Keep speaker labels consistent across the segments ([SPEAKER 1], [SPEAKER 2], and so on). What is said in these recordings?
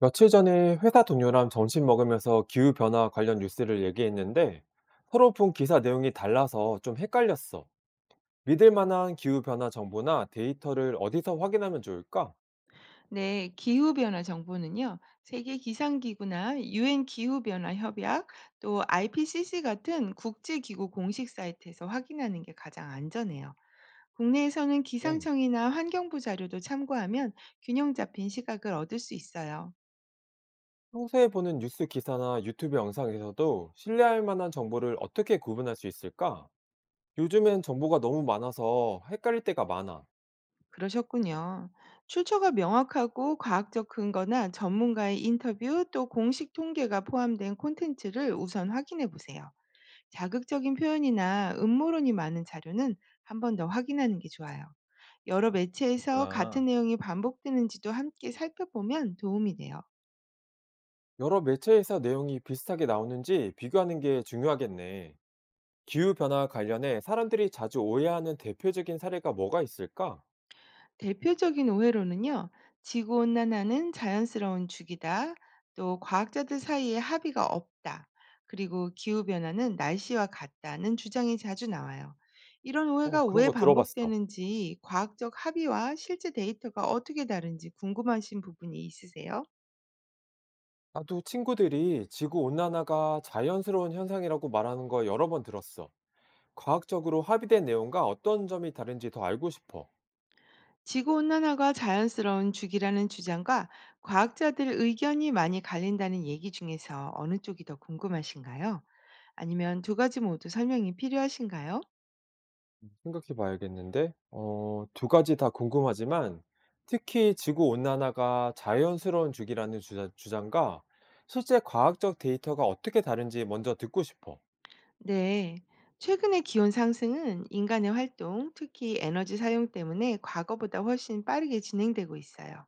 [SPEAKER 1] 며칠 전에 회사 동료랑 점심 먹으면서 기후변화 관련 뉴스를 얘기했는데 서로 본 기사 내용이 달라서 좀 헷갈렸어. 믿을 만한 기후변화 정보나 데이터를 어디서 확인하면 좋을까?
[SPEAKER 2] 네, 기후변화 정보는요, 세계 기상기구나 유엔 기후변화 협약, 또 IPCC 같은 국제기구 공식 사이트에서 확인하는 게 가장 안전해요. 국내에서는
[SPEAKER 1] 네.
[SPEAKER 2] 기상청이나 환경부 자료도 참고하면 균형 잡힌 시각을 얻을 수 있어요.
[SPEAKER 1] 평소에 보는 뉴스 기사나 유튜브 영상에서도 신뢰할 만한 정보를 어떻게 구분할 수 있을까? 요즘엔 정보가 너무 많아서 헷갈릴 때가 많아.
[SPEAKER 2] 그러셨군요. 출처가 명확하고 과학적 근거나 전문가의 인터뷰 또 공식 통계가 포함된 콘텐츠를 우선 확인해 보세요. 자극적인 표현이나 음모론이 많은 자료는 한 번 더 확인하는 게 좋아요. 여러 매체에서 같은
[SPEAKER 1] 그렇구나.
[SPEAKER 2] 내용이 반복되는지도 함께 살펴보면 도움이 돼요.
[SPEAKER 1] 여러 매체에서 내용이 비슷하게 나오는지 비교하는 게 중요하겠네. 기후 변화와 관련해 사람들이 자주 오해하는 대표적인 사례가 뭐가 있을까?
[SPEAKER 2] 대표적인 오해로는요, 지구온난화는 자연스러운 주기다, 또 과학자들 사이에 합의가 없다, 그리고 기후변화는 날씨와 같다는 주장이 자주 나와요. 이런
[SPEAKER 1] 어,
[SPEAKER 2] 오해가
[SPEAKER 1] 그런
[SPEAKER 2] 왜
[SPEAKER 1] 거 들어봤어.
[SPEAKER 2] 반복되는지, 과학적 합의와 실제 데이터가 어떻게 다른지 궁금하신 부분이 있으세요?
[SPEAKER 1] 나도 친구들이 지구 온난화가 자연스러운 현상이라고 말하는 거 여러 번 들었어. 과학적으로 합의된 내용과 어떤 점이 다른지 더 알고 싶어.
[SPEAKER 2] 지구온난화가 자연스러운 주기라는 주장과 과학자들 의견이 많이 갈린다는 얘기 중에서 어느 쪽이 더 궁금하신가요? 아니면 두 가지 모두 설명이 필요하신가요?
[SPEAKER 1] 생각해 봐야겠는데, 어, 두 가지 다 궁금하지만, 특히 지구 온난화가 자연스러운 주기라는 주장과 실제 과학적 데이터가 어떻게 다른지 먼저 듣고 싶어.
[SPEAKER 2] 네. 최근의 기온 상승은 인간의 활동, 특히 에너지 사용 때문에 과거보다 훨씬 빠르게 진행되고 있어요.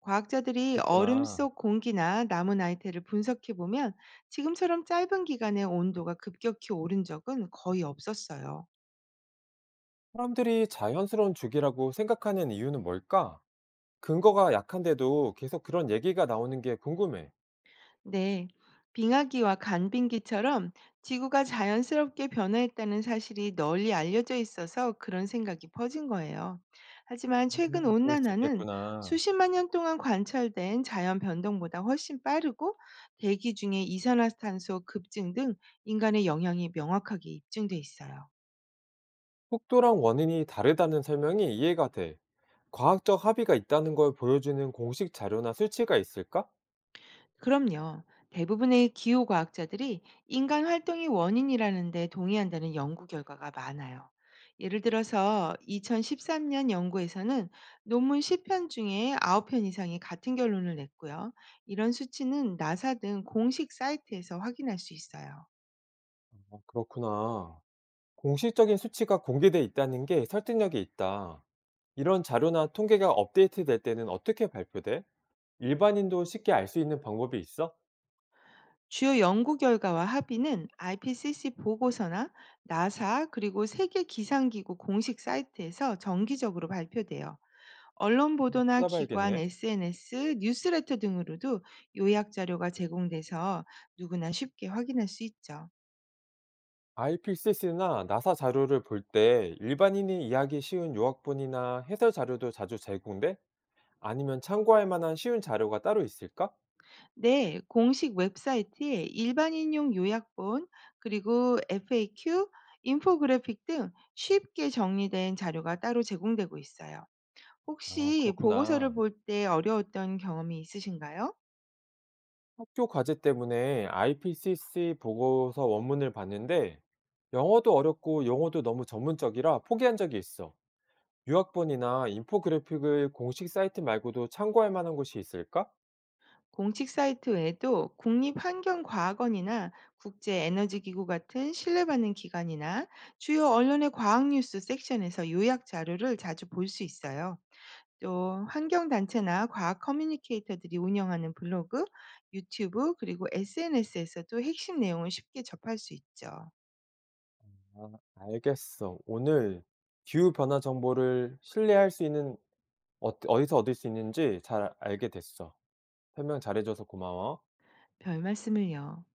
[SPEAKER 2] 과학자들이 얼음
[SPEAKER 1] 그렇구나.
[SPEAKER 2] 속 공기나 나무 나이테를 분석해 보면 지금처럼 짧은 기간에 온도가 급격히 오른 적은 거의 없었어요.
[SPEAKER 1] 사람들이 자연스러운 죽이라고 생각하는 이유는 뭘까? 근거가 약한데도 계속 그런 얘기가 나오는 게 궁금해.
[SPEAKER 2] 네, 빙하기와 간빙기처럼 지구가 자연스럽게 변화했다는 사실이 널리 알려져 있어서 그런 생각이 퍼진 거예요. 하지만 최근
[SPEAKER 1] 그럴 수
[SPEAKER 2] 온난화는
[SPEAKER 1] 있겠구나.
[SPEAKER 2] 수십만 년 동안 관찰된 자연 변동보다 훨씬 빠르고 대기 중에 이산화탄소 급증 등 인간의 영향이 명확하게 입증돼 있어요.
[SPEAKER 1] 속도랑 원인이 다르다는 설명이 이해가 돼. 과학적 합의가 있다는 걸 보여주는 공식 자료나 수치가 있을까?
[SPEAKER 2] 그럼요. 대부분의 기후과학자들이 인간 활동이 원인이라는 데 동의한다는 연구 결과가 많아요. 예를 들어서 2013년 연구에서는 논문 10편 중에 9편 이상이 같은 결론을 냈고요. 이런 수치는 나사 등 공식 사이트에서 확인할 수 있어요.
[SPEAKER 1] 어, 그렇구나. 공식적인 수치가 공개돼 있다는 게 설득력이 있다. 이런 자료나 통계가 업데이트될 때는 어떻게 발표돼? 일반인도 쉽게 알 수 있는 방법이 있어?
[SPEAKER 2] 주요 연구 결과와 합의는 IPCC 보고서나 나사 그리고 세계 기상기구 공식 사이트에서 정기적으로 발표돼요. 언론
[SPEAKER 1] 한번
[SPEAKER 2] 보도나 기관,
[SPEAKER 1] 찾아봐야겠네.
[SPEAKER 2] SNS, 뉴스레터 등으로도 요약 자료가 제공돼서 누구나 쉽게 확인할 수 있죠.
[SPEAKER 1] IPCC나 나사 자료를 볼 때 일반인이 이해하기 쉬운 요약본이나 해설 자료도 자주 제공돼? 아니면 참고할 만한 쉬운 자료가 따로 있을까?
[SPEAKER 2] 네, 공식 웹사이트에 일반인용 요약본, 그리고 FAQ, 인포그래픽 등 쉽게 정리된 자료가 따로 제공되고 있어요.
[SPEAKER 1] 아,
[SPEAKER 2] 혹시 보고서를
[SPEAKER 1] 그렇구나.
[SPEAKER 2] 볼 때 어려웠던 경험이 있으신가요?
[SPEAKER 1] 학교 과제 때문에 IPCC 보고서 원문을 봤는데 영어도 어렵고 용어도 너무 전문적이라 포기한 적이 있어. 유학본이나 인포그래픽을 공식 사이트 말고도 참고할 만한 곳이 있을까?
[SPEAKER 2] 공식 사이트 외에도 국립환경과학원이나 국제에너지기구 같은 신뢰받는 기관이나 주요 언론의 과학 뉴스 섹션에서 요약 자료를 자주 볼 수 있어요. 또 환경단체나 과학 커뮤니케이터들이 운영하는 블로그, 유튜브, 그리고 SNS에서도 핵심 내용을 쉽게 접할 수 있죠.
[SPEAKER 1] 아, 알겠어. 오늘 기후 변화 정보를 신뢰할 수 있는 어디서 얻을 수 있는지 잘 알게 됐어. 설명 잘해 줘서 고마워.
[SPEAKER 2] 별 말씀을요.